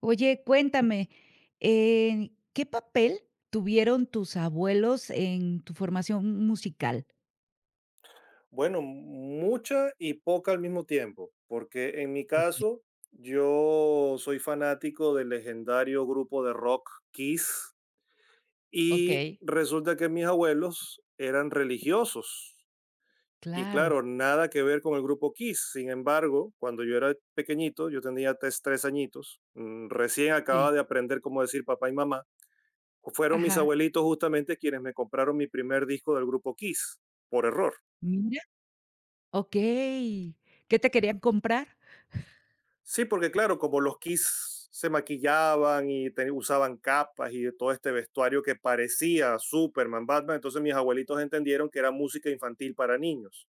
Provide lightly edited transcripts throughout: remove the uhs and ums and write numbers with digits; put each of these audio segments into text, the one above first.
Oye, cuéntame, ¿qué papel tuvieron tus abuelos en tu formación musical? Bueno, mucha y poca al mismo tiempo, porque en mi Okey. caso yo soy fanático del legendario grupo de rock Kiss y Okey, resulta que mis abuelos eran religiosos y claro, claro, nada que ver con el grupo Kiss. Sin embargo, cuando yo era pequeñito, yo tenía tres añitos, recién sí. acababa de aprender cómo decir papá y mamá, fueron mis Ajá. abuelitos justamente quienes me compraron mi primer disco del grupo Kiss por error. Mira, okey. ¿Qué te querían comprar? Sí, porque claro, como los Kiss se maquillaban y usaban capas y todo este vestuario que parecía Superman, Batman, entonces mis abuelitos entendieron que era música infantil para niños.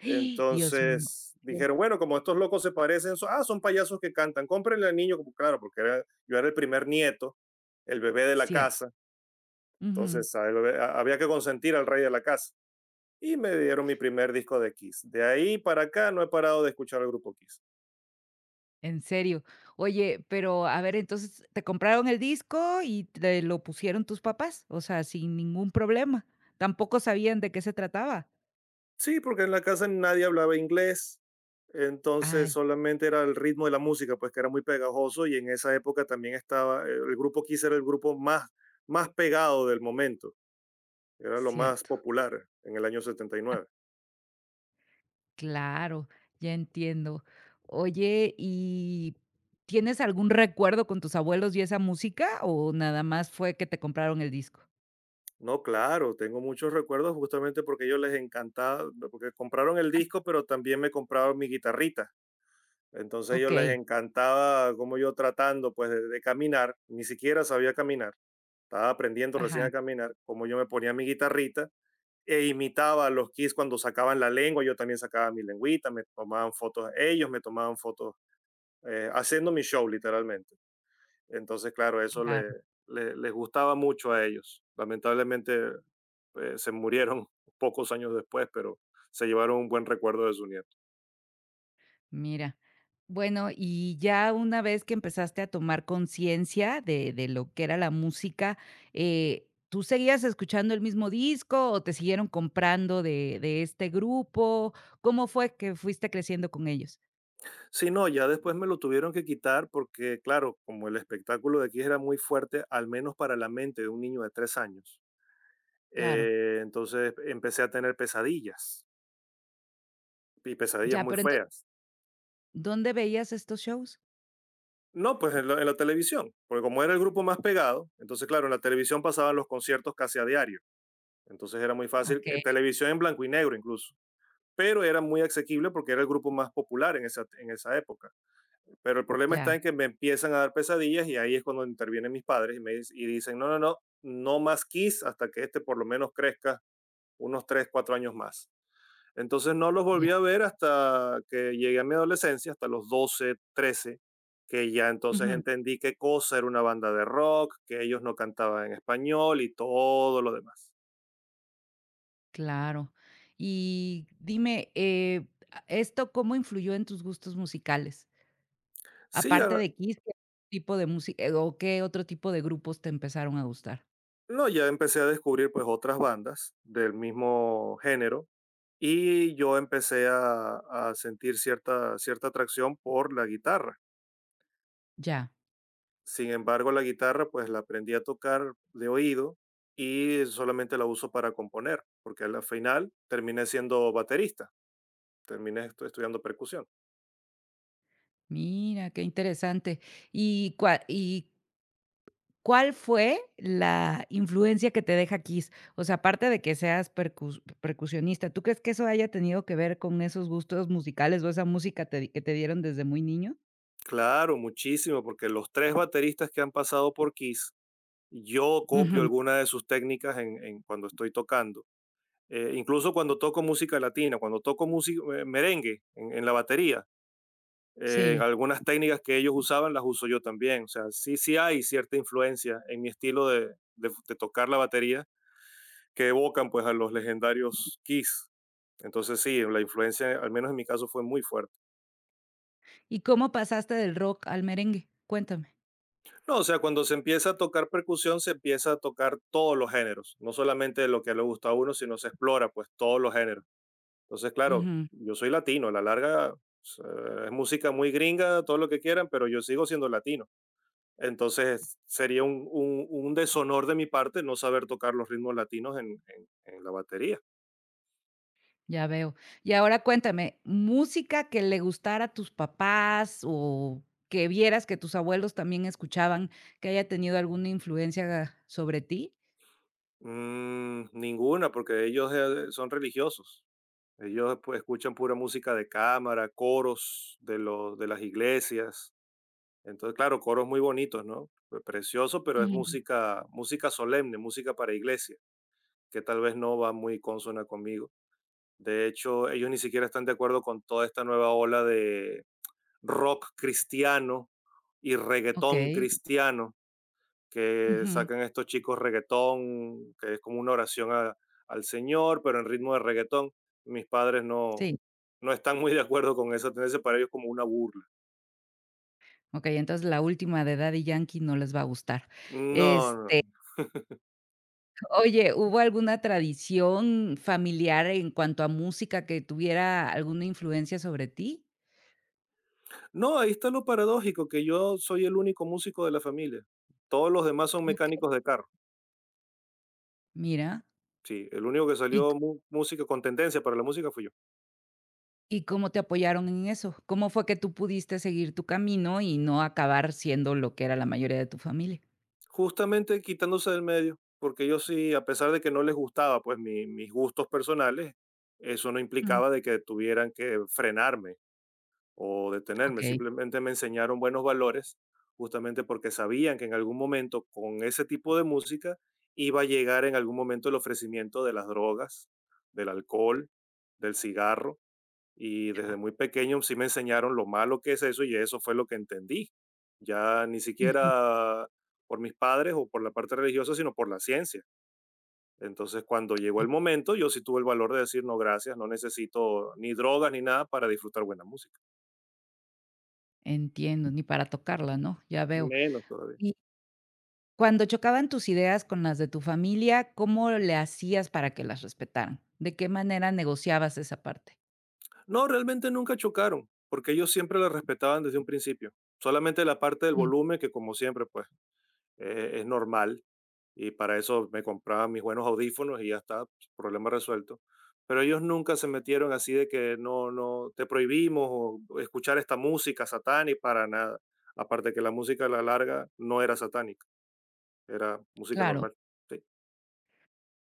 ¡Ay, Dios mío! Entonces Sí. dijeron, bueno, como estos locos se parecen, son payasos que cantan, cómprenle al niño, como claro, porque yo era el primer nieto, el bebé de la Cierto. casa, Ujú. entonces había que consentir al rey de la casa. Y me dieron mi primer disco de Kiss. De ahí para acá no he parado de escuchar al grupo Kiss. ¿En serio? Oye, pero a ver, entonces, ¿te compraron el disco y te lo pusieron tus papás? O sea, sin ningún problema. Tampoco sabían de qué se trataba. Sí, porque en la casa nadie hablaba inglés, Ah, entonces solamente era el ritmo de la música, pues que era muy pegajoso y en esa época también estaba, el grupo Kiss era el grupo más pegado del momento, era lo más cierto. popular en el año setenta y nueve. Claro, ya entiendo. Oye, ¿y tienes algún recuerdo con tus abuelos y esa música, o nada más fue que te compraron el disco? No, claro, tengo muchos recuerdos justamente porque ellos les encantaba, porque compraron el Ah, s disco, pero también me compraron mi guitarrita. Entonces a ellos les okey. encantaba como yo tratando pues de caminar, ni siquiera sabía caminar, estaba aprendiendo recién Ajá, a caminar, como yo me ponía mi guitarrita e imitaba a los Kiss cuando sacaban la lengua, yo también sacaba mi lengüita, me tomaban fotos ellos, me tomaban fotos haciendo mi show literalmente. Entonces, claro, eso claro, les gustaba mucho a ellos. Lamentablemente se murieron pocos años después, pero se llevaron un buen recuerdo de su nieto. mira. Bueno, y ya una vez que empezaste a tomar conciencia de lo que era la música, ¿tú seguías escuchando el mismo disco o te siguieron comprando de este grupo? ¿Cómo fue que fuiste creciendo con ellos? Sí, no, ya después me lo tuvieron que quitar porque, claro, como el espectáculo de Kiss era muy fuerte, al menos para la mente de un niño de 3 años, Claro. Entonces empecé a tener pesadillas y pesadillas Ya, muy pero entonces, feas. ¿dónde veías estos shows? No, pues en la televisión, porque como era el grupo más pegado, entonces claro, en la televisión pasaban los conciertos casi a diario, entonces era muy fácil, Okey, televisión en blanco y negro incluso, pero era muy asequible porque era el grupo más popular en esa época. Pero el problema está en ya, que me empiezan a dar pesadillas y ahí es cuando intervienen mis padres y y dicen, no, no, no, no más Kiss hasta que este por lo menos crezca unos 3 4 años más. Entonces no los ya. volví a ver hasta que llegué a mi adolescencia, hasta los 12, 13, que ya entonces Ujú, entendí qué cosa era una banda de rock, que ellos no cantaban en español y todo lo demás. claro. Y dime, a ¿esto cómo influyó en tus gustos musicales? Sí, Aparte de Kiss, ¿qué tipo de música o qué otro tipo de grupos te empezaron a gustar? no, ya empecé a descubrir pues otras bandas del mismo género y yo empecé a sentir cierta atracción por la guitarra. Ya, Sin embargo, la guitarra, pues la aprendí a tocar de oído y solamente la uso para componer, porque al final terminé siendo baterista, terminé estudiando percusión. mira, qué interesante. ¿Y cuál fue la influencia que te deja Kiss? O sea, aparte de que seas percusionista, ¿tú crees que eso haya tenido que ver con esos gustos musicales o esa música te di que te dieron desde muy niño? Claro, muchísimo, porque los tres bateristas que han pasado por Kiss, yo copio Ujú, alguna de sus técnicas en cuando estoy tocando. Incluso cuando toco música latina, cuando toco música, merengue en la batería, sí. algunas técnicas que ellos usaban las uso yo también. O sea, sí, sí hay cierta influencia en mi estilo de tocar la batería que evocan pues a los legendarios Kiss. Entonces sí, la influencia, al menos en mi caso, fue muy fuerte. ¿Y cómo pasaste del rock al merengue? Cuéntame. No, o sea, cuando se empieza a tocar percusión, se empieza a tocar todos los géneros, no solamente lo que le gusta a uno, sino se explora pues todos los géneros. Entonces, claro, Ujú, yo soy latino, a la larga o sea, es música muy gringa, todo lo que quieran, pero yo sigo siendo latino. Entonces sería un deshonor de mi parte no saber tocar los ritmos latinos en, en la batería. ya veo. Y ahora cuéntame, música que le gustara a tus papás o que vieras que tus abuelos también escuchaban, que haya tenido alguna influencia sobre ti. Ninguna, porque ellos son religiosos. Ellos pues, escuchan pura música de cámara, coros de las iglesias. Entonces, claro, coros muy bonitos, ¿no? Precioso, pero es Ujú, música, música solemne, música para iglesia, que tal vez no va muy consona conmigo. De hecho, ellos ni siquiera están de acuerdo con toda esta nueva ola de rock cristiano y reggaetón okey. cristiano que Ujú, sacan estos chicos reggaetón, que es como una oración al Señor, pero en ritmo de reggaetón. Mis padres no, sí. no están muy de acuerdo con esa tendencia, para ellos como una burla. Okey, entonces la última de Daddy Yankee no les va a gustar. No, no. Este, oye, ¿hubo alguna tradición familiar en cuanto a música que tuviera alguna influencia sobre ti? No, ahí está lo paradójico, que yo soy el único músico de la familia. Todos los demás son Okey, mecánicos de carro. mira. Sí, el único que ¿Y salió música con tendencia para la música fui yo. ¿Y cómo te apoyaron en eso? ¿Cómo fue que tú pudiste seguir tu camino y no acabar siendo lo que era la mayoría de tu familia? Justamente quitándose del medio, porque ellos sí, a pesar de que no les gustaba, pues mis gustos personales, eso no Mm, implicaba de que tuvieran que frenarme o detenerme, okey, simplemente me enseñaron buenos valores, justamente porque sabían que en algún momento con ese tipo de música iba a llegar en algún momento el ofrecimiento de las drogas, del alcohol, del cigarro y ya. desde muy pequeño sí me enseñaron lo malo que es eso y eso fue lo que entendí. Ya ni Ujú. siquiera por mis padres o por la parte religiosa, sino por la ciencia. Entonces, cuando llegó el O momento, yo sí tuve el valor de decir, no, gracias, no necesito ni drogas ni nada para disfrutar buena música. Entiendo, ni para tocarla, ¿no? Ya veo. Menos todavía. Y cuando chocaban tus ideas con las de tu familia, ¿cómo le hacías para que las respetaran? ¿De qué manera negociabas esa parte? No, realmente nunca chocaron, porque ellos siempre la respetaban desde un principio. Solamente la parte del Mm, volumen, que como siempre, pues es normal, y para eso me compraba mis buenos audífonos y ya está, pues, problema resuelto. Pero ellos nunca se metieron así de que no, no, te prohibimos o escuchar esta música satánica para nada. Aparte que la música a la larga no era satánica, era música claro, normal. Sí.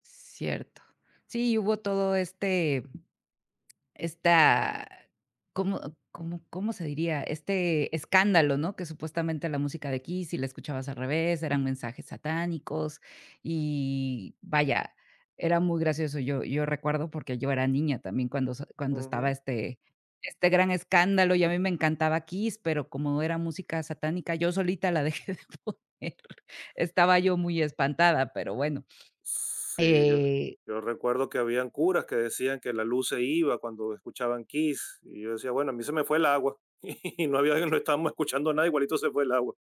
cierto. Sí, hubo todo Esta, ¿cómo cómo se diría? Este escándalo, ¿no? Que supuestamente la música de Kiss, si la escuchabas al revés, eran mensajes satánicos y vaya, era muy gracioso. Yo recuerdo porque yo era niña también cuando sa cuando estaba Ujú. este gran escándalo y a mí me encantaba Kiss, pero como era música satánica, yo solita la dejé de poner. Estaba yo muy espantada, pero bueno. Sí, yo, Eh, yo recuerdo que habían curas que decían que la luz se iba cuando escuchaban Kiss y yo decía, bueno, a mí se me fue el agua y no había, no estábamos escuchando nada, igualito se fue el agua.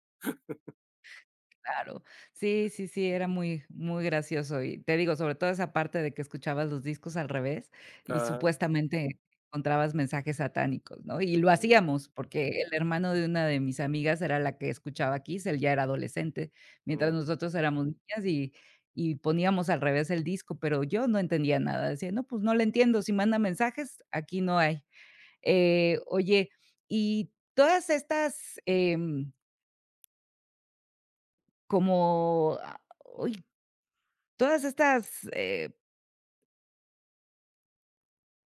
claro. Sí, sí, sí, era muy, muy gracioso. Y te digo, sobre todo esa parte de que escuchabas los discos al revés y Ajá. supuestamente encontrabas mensajes satánicos, ¿no? Y lo Mm, hacíamos, porque el hermano de una de mis amigas era la que escuchaba Kiss, él ya era adolescente, mientras mm. nosotros éramos niñas y poníamos al revés el disco, pero yo no entendía nada. Decía, no, pues no le entiendo, si manda mensajes, aquí no hay. Oye, y todas estas, como Todas estas, eh,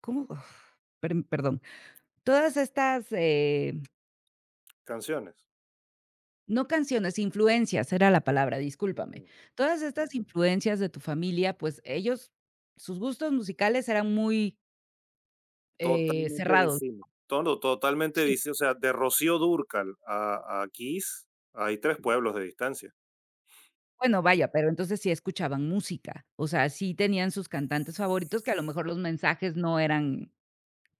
¿cómo? Uf. Perdón, todas estas, Canciones. no canciones, influencias era la palabra, discúlpame. Ujú. Todas estas influencias de tu familia, pues, ellos, sus gustos musicales eran muy, Totalmente cerrados. distinto. Todo, totalmente Sí, distinto. O sea, de Rocío Dúrcal a Kiss hay tres pueblos de distancia. bueno, vaya, pero entonces sí escuchaban música, o sea, sí tenían sus cantantes favoritos que a lo mejor los mensajes no eran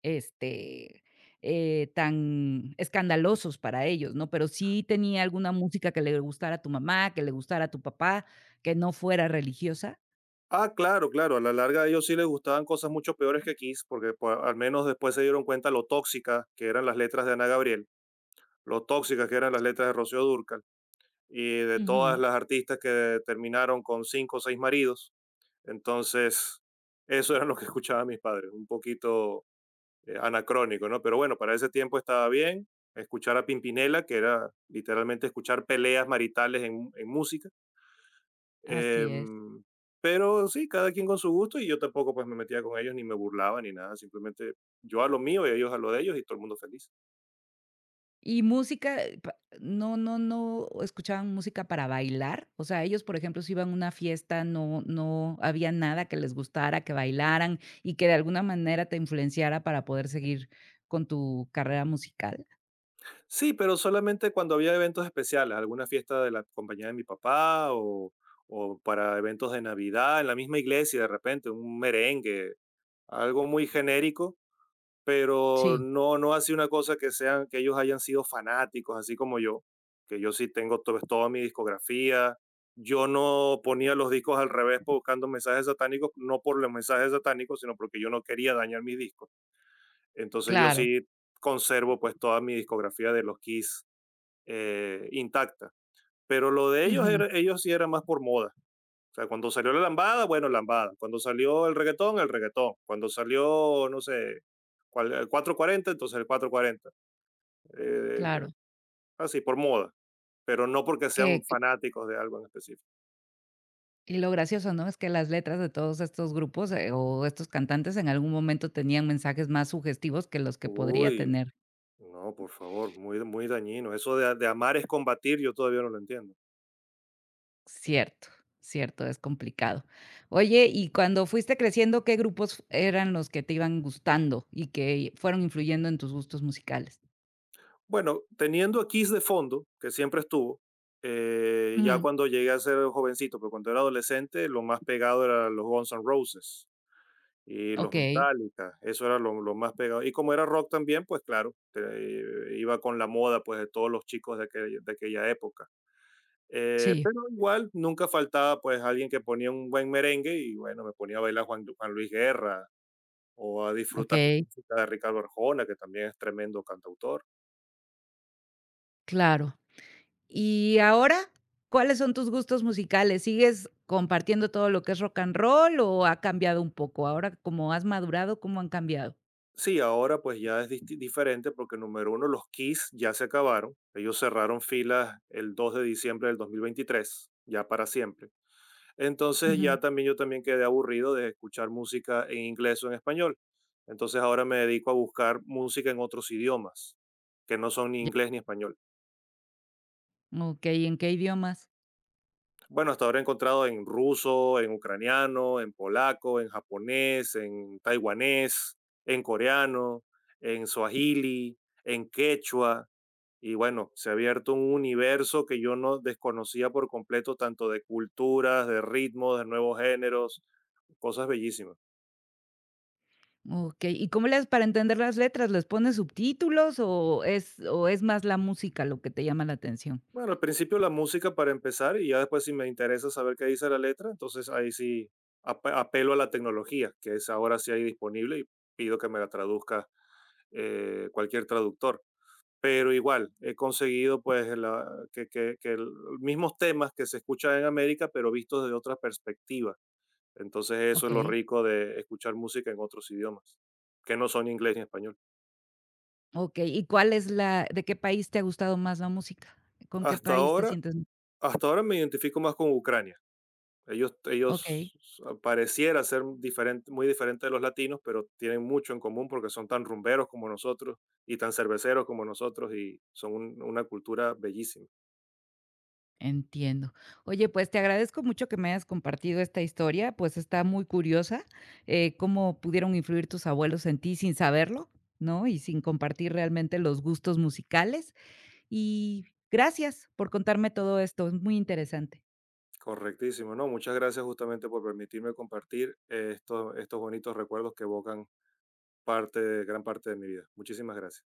este, tan escandalosos para ellos, ¿no? Pero sí tenía alguna música que le gustara a tu mamá, que le gustara a tu papá, que no fuera religiosa. Ah, claro, claro. A la larga a ellos sí les gustaban cosas mucho peores que Kiss, porque pues, al menos después se dieron cuenta lo tóxicas que eran las letras de Ana Gabriel, lo tóxicas que eran las letras de Rocío Dúrcal y de todas Ujú, las artistas que terminaron con cinco o seis maridos. Entonces, eso era lo que escuchaban mis padres, un poquito anacrónico, ¿no? Pero bueno, para ese tiempo estaba bien escuchar a Pimpinela, que era literalmente escuchar peleas maritales en música. así es. Em, pero sí, cada quien con su gusto y yo tampoco pues me metía con ellos ni me burlaba ni nada, simplemente yo a lo mío y ellos a lo de ellos y todo el mundo feliz. Y música, pa no escuchaban música para bailar, o sea, ellos, por ejemplo, si iban a una fiesta, no había nada que les gustara, que bailaran y que de alguna manera te influenciara para poder seguir con tu carrera musical. Sí, pero solamente cuando había eventos especiales, alguna fiesta de la compañía de mi papá o para eventos de Navidad en la misma iglesia de repente, un merengue, algo muy genérico pero Sí, no, no ha una cosa que sean, que ellos hayan sido fanáticos, así como yo, que yo sí tengo pues, toda mi discografía. Yo no ponía los discos al revés buscando mensajes satánicos, no por los mensajes satánicos, sino porque yo no quería dañar mis discos. Entonces yo claro. sí conservo pues toda mi discografía de los Kiss intacta. Pero lo de ellos, Ujú, ellos sí era más por moda o sea, cuando salió la lambada, bueno, lambada. Cuando salió el reggaetón, el reggaetón. Cuando salió, no sé, el 440, entonces el 440. Eh, claro. Así, por moda. Pero no porque Que sean fanáticos de algo en específico. Y lo gracioso, ¿no? Es que las letras de todos estos grupos, o estos cantantes en algún momento tenían mensajes más sugestivos que los que podría Uy, tener. no, por favor, muy, muy dañino. Eso de amar es combatir, yo todavía no lo entiendo. Cierto, cierto, es complicado. Oye, y cuando fuiste creciendo, ¿qué grupos eran los que te iban gustando y que fueron influyendo en tus gustos musicales? Bueno, teniendo a Kiss de fondo, que siempre estuvo, ya Ujú. cuando llegué a ser jovencito, pero cuando era adolescente, lo más pegado era los Guns N' Roses y los Okey. Metallica, eso era lo más pegado. Y como era rock también, pues claro, iba con la moda pues de todos los chicos de aquella época. Sí, Pero igual nunca faltaba pues alguien que ponía un buen merengue y bueno, me ponía a bailar Juan Luis Guerra o a disfrutar la okey, música de Ricardo Arjona, que también es tremendo cantautor. claro. Y ahora, ¿cuáles son tus gustos musicales? ¿Sigues compartiendo todo lo que es rock and roll o ha cambiado un poco? Ahora, como has madurado, ¿cómo han cambiado? Sí, ahora pues ya es diferente porque número uno, los KISS ya se acabaron. Ellos cerraron filas el 2 de diciembre de 2023, ya para siempre. Entonces Ujú, ya también yo también quedé aburrido de escuchar música en inglés o en español. Entonces ahora me dedico a buscar música en otros idiomas, que no son ni ya. inglés ni español. Okey, ¿en qué idiomas? Bueno, hasta ahora he encontrado en ruso, en ucraniano, en polaco, en japonés, en taiwanés, en coreano, en swahili, en quechua. Y bueno, se ha abierto un universo que yo no desconocía por completo, tanto de culturas, de ritmos, de nuevos géneros, cosas bellísimas. Okey, ¿y cómo le haces para entender las letras? ¿Les pones subtítulos o es más la música lo que te llama la atención? Bueno, al principio la música para empezar y ya después si me interesa saber qué dice la letra, entonces ahí sí apelo a la tecnología, que es ahora sí hay disponible y pido que me la traduzca cualquier traductor. Pero igual, he conseguido pues mismos temas que se escuchan en América, pero vistos desde otra perspectiva. Entonces eso es lo Okey, rico de escuchar música en otros idiomas, que no son inglés ni español. okey, ¿y cuál es la de qué país te ha gustado más la música? ¿Con qué Hasta país te ahora, sientes? hasta ahora me identifico más con Ucrania. Okey, Pareciera ser diferente, muy diferente de los latinos, pero tienen mucho en común porque son tan rumberos como nosotros y tan cerveceros como nosotros y son una cultura bellísima. entiendo. Oye, pues, te agradezco mucho que me hayas compartido esta historia, pues, está muy curiosa, cómo pudieron influir tus abuelos en ti sin saberlo, ¿no? Y sin compartir realmente los gustos musicales. Y gracias por contarme todo esto, es muy interesante. Correctísimo, ¿no? Muchas gracias justamente por permitirme compartir estos bonitos recuerdos que evocan parte, gran parte de mi vida. Muchísimas gracias.